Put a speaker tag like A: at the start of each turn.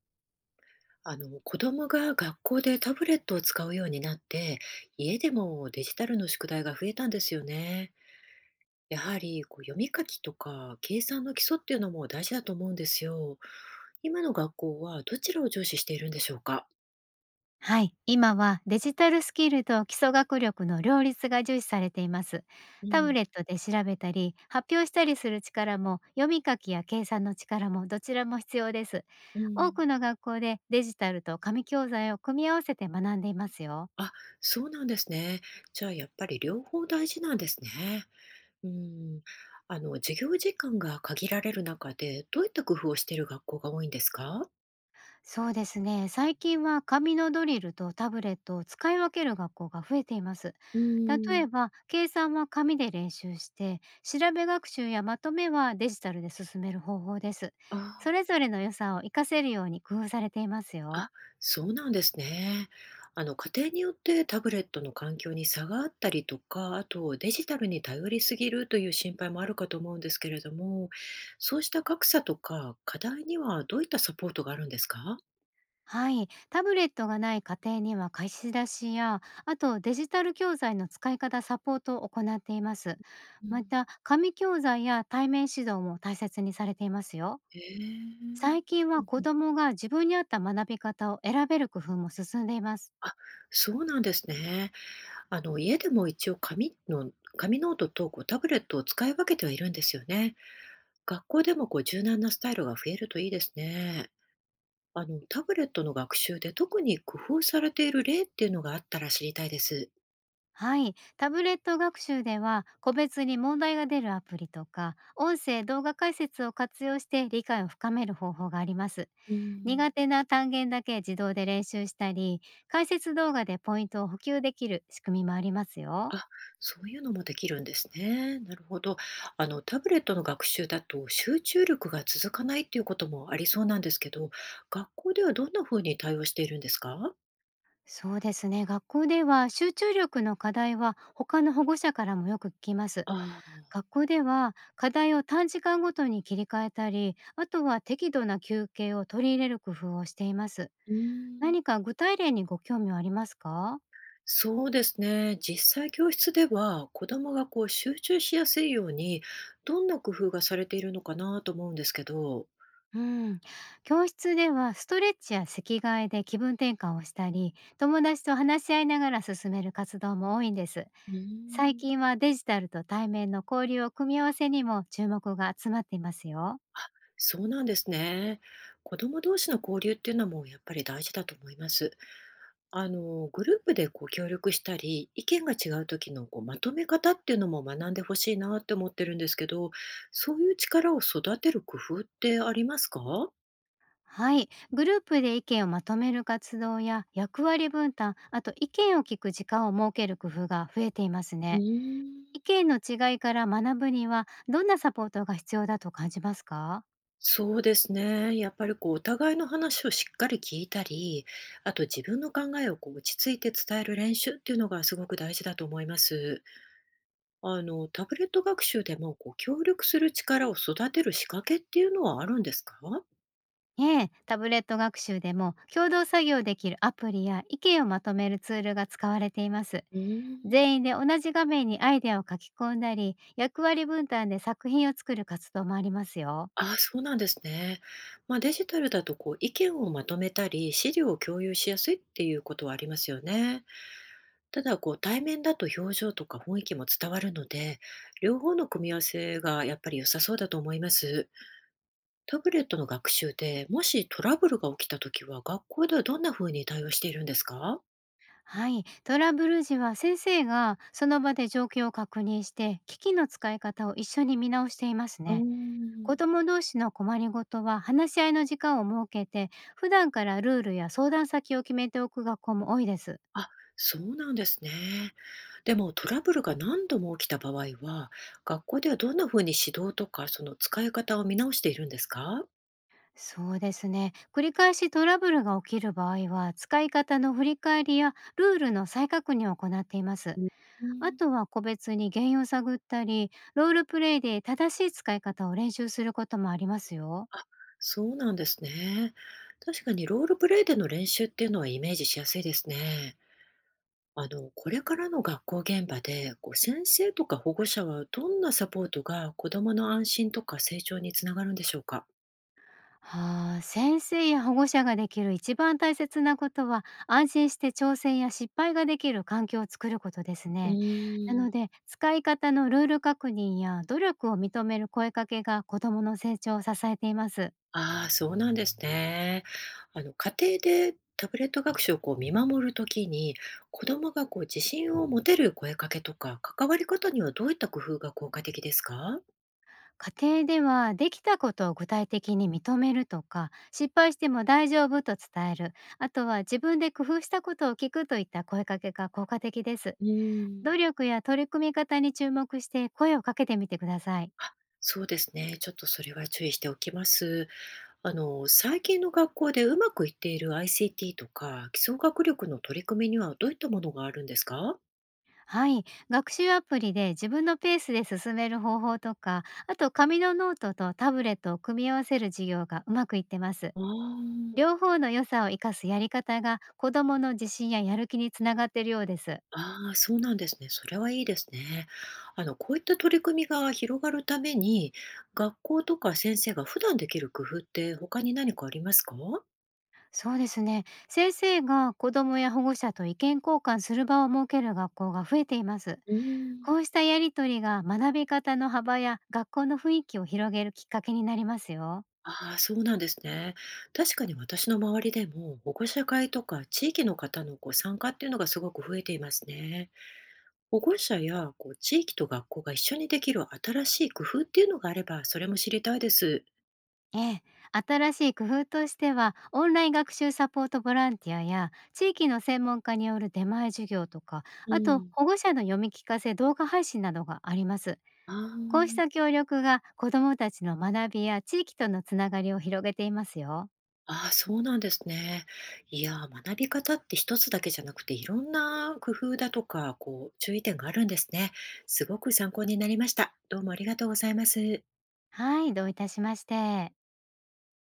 A: あの子供が学校でタブレットを使うようになって家でもデジタルの宿題が増えたんですよね。やはりこう読み書きとか計算の基礎っていうのも大事だと思うんですよ。今の学校はどちらを重視しているんでしょうか？
B: はい、今はデジタルスキルと基礎学力の両立が重視されています。
A: う
B: タブ
A: ん、
B: レットで調べたり、発表したりする力も、読み書きや計算の力もどちらも必要です。
A: うん、
B: 多くの学校でデジタルと紙教材を組み合わせて学んでいますよ。
A: あ、そうなんですね。じゃあやっぱり両方大事なんですね。うん。あの授業時間が限られる中でどういった工夫をしている学校が多いんですか？
B: そうですね。最近は紙のドリルとタブレットを使い分ける学校が増えています。
A: う
B: 例
A: ん。
B: えば、計算は紙で練習して、調べ学習やまとめはデジタルで進める方法です。そ
A: あ
B: れぞれの良さを活かせるように工夫されていますよ。
A: あ、そうなんですね。あの、家庭によってタブレットの環境に差があったりとか、あとデジタルに頼りすぎるという心配もあるかと思うんですけれども、そうした格差とか課題にはどういったサポートがあるんですか？
B: はい。タブレットがない家庭には貸し出しや、あとデジタル教材の使い方サポートを行っています。
A: う
B: ま
A: ん。
B: た、紙教材や対面指導も大切にされていますよ。
A: へえ。
B: 最近は
A: うん
B: 子
A: うん。
B: 供が自分に合った学び方を選べる工夫も進んでいます。
A: あ、そうなんですね。あの、家でも一応紙ノートと、こう、タブレットを使い分けてはいるんですよね。学校でも、こう、柔軟なスタイルが増えるといいですね。あの、タブレットの学習で特に工夫されている例っていうのがあったら知りたいです。
B: はい。タブレット学習では個別に問題が出るアプリとか、音声動画解説を活用して理解を深める方法があります。
A: うん、
B: 苦手な単元だけ自動で練習したり、解説動画でポイントを補給できる仕組みもありますよ。
A: あ、そういうのもできるんですね。なるほど。あの、タブレットの学習だと集中力が続かないっていうこともありそうなんですけど、学校ではどんなふうに対応しているんですか？
B: そうですね。学校では集中力の課題は他の保護者からもよく聞きます。
A: ああ、
B: 学校では課題を短時間ごとに切り替えたり、あとは適度な休憩を取り入れる工夫をしています。
A: うん、
B: 何か具体例にご興味はありますか？
A: そうですね。実際教室では子どもがこう集中しやすいようにどんな工夫がされているのかなと思うんですけど。
B: うん、教室ではストレッチや席替えで気分転換をしたり、友達と話し合いながら進める活動も多いんです。
A: う
B: 最
A: ん、
B: 近はデジタルと対面の交流を組み合わせにも注目が集まっていますよ。
A: そうなんですね。子供同士の交流っていうのもやっぱり大事だと思います。あの、グループでこう協力したり、意見が違う時のこうまとめ方っていうのも学んでほしいなって思ってるんですけど、そういう力を育てる工夫ってありますか？
B: はい。グループで意見をまとめる活動や役割分担、あと意見を聞く時間を設ける工夫が増えています
A: うー
B: ね。意
A: ん、
B: 見の違いから学ぶにはどんなサポートが必要だと感じますか？
A: そうですね。やっぱりこうお互いの話をしっかり聞いたり、あと自分の考えをこう落ち着いて伝える練習っていうのがすごく大事だと思います。あの、タブレット学習でも、こう、協力する力を育てる仕掛けっていうのはあるんですか？
B: ええ、タブレット学習でも共同作業できるアプリや意見をまとめるツールが使われています。
A: うー
B: 全員で
A: ん。
B: 同じ画面にアイデアを書き込んだり、役割分担で作品を作る活動もありますよ。
A: ああ、そうなんですね。まあ、デジタルだと、こう、意見をまとめたり、資料を共有しやすいっていうことはありますよね。ただ、こう、対面だと表情とか雰囲気も伝わるので、両方の組み合わせがやっぱり良さそうだと思います。タブレットの学習で、もしトラブルが起きた時は、学校ではどんな風に対応しているんですか？
B: はい、トラブル時は先生がその場で状況を確認して機器の使い方を一緒に見直しています
A: うー
B: ね。
A: ん、
B: 子ども同士の困りごとは話し合いの時間を設けて、普段からルールや相談先を決めておく学校も多いです。
A: あ、そうなんですね。でもトラブルが何度も起きた場合は、学校ではどんな風に指導とか、その使い方を見直しているんですか？
B: そうですね、繰り返しトラブルが起きる場合は使い方の振り返りやルールの再確認を行っています。
A: うん、う
B: あ
A: ん。
B: とは個別に原因を探ったり、ロールプレイで正しい使い方を練習することもありますよ。
A: あ、そうなんですね。確かにロールプレイでの練習っていうのはイメージしやすいですね。あの、これからの学校現場で、こう先生とか保護者はどんなサポートが子どもの安心とか成長につながるんでしょうか？
B: はあ、先生や保護者ができる一番大切なことは、安心して挑戦や失敗ができる環境を作ることです
A: う
B: ね。な
A: ー
B: の
A: ん。
B: で、使い方のルール確認や努力を認める声かけが子どもの成長を支えています。
A: ああ、そうなんですね。あの、家庭でタブレット学習をこう見守るときに、子どもがこう自信を持てる声かけとか、関わり方にはどういった工夫が効果的ですか？
B: 家庭ではできたことを具体的に認めるとか、失敗しても大丈夫と伝える、あとは自分で工夫したことを聞くといった声かけが効果的です。
A: う
B: 努
A: ん。
B: 力や取り組み方に注目して声をかけてみてください。
A: そうですね。ちょっとそれは注意しておきます。あの、最近の学校でうまくいっている ICT とか、基礎学力の取り組みにはどういったものがあるんですか？
B: はい、学習アプリで自分のペースで進める方法とか、あと紙のノートとタブレットを組み合わせる授業がうまくいってます。
A: ああー。
B: 両方の良さを生かすやり方が子どもの自信ややる気につながっているようです。
A: ああ、そうなんですね。それはいいですね。あの、こういった取り組みが広がるために、学校とか先生が普段できる工夫って他に何かありますか？
B: そうですね。先生が子どもや保護者と意見交換する場を設ける学校が増えています。
A: うー
B: こ
A: ん。
B: うしたやりとりが学び方の幅や学校の雰囲気を広げるきっかけになりますよ。
A: ああ、そうなんですね。確かに私の周りでも、保護者会とか地域の方のこう参加っていうのがすごく増えていますね。保護者やこう地域と学校が一緒にできる新しい工夫っていうのがあれば、それも知りたいです。
B: ええ、新しい工夫としてはオンライン学習サポートボランティアや地域の専門家による出前授業、とか
A: う
B: あと
A: ん。
B: 保護者の読み聞かせ動画配信などがあります。
A: あ
B: こうした
A: あ。
B: 協力が子どもたちの学びや地域とのつながりを広げていますよ。
A: ああ、そうなんですね。いやー、学び方って一つだけじゃなくて、いろんな工夫だとか、こう、注意点があるんですね。すごく参考になりました。どうもありがとうございます。
B: はい、どういたしまして。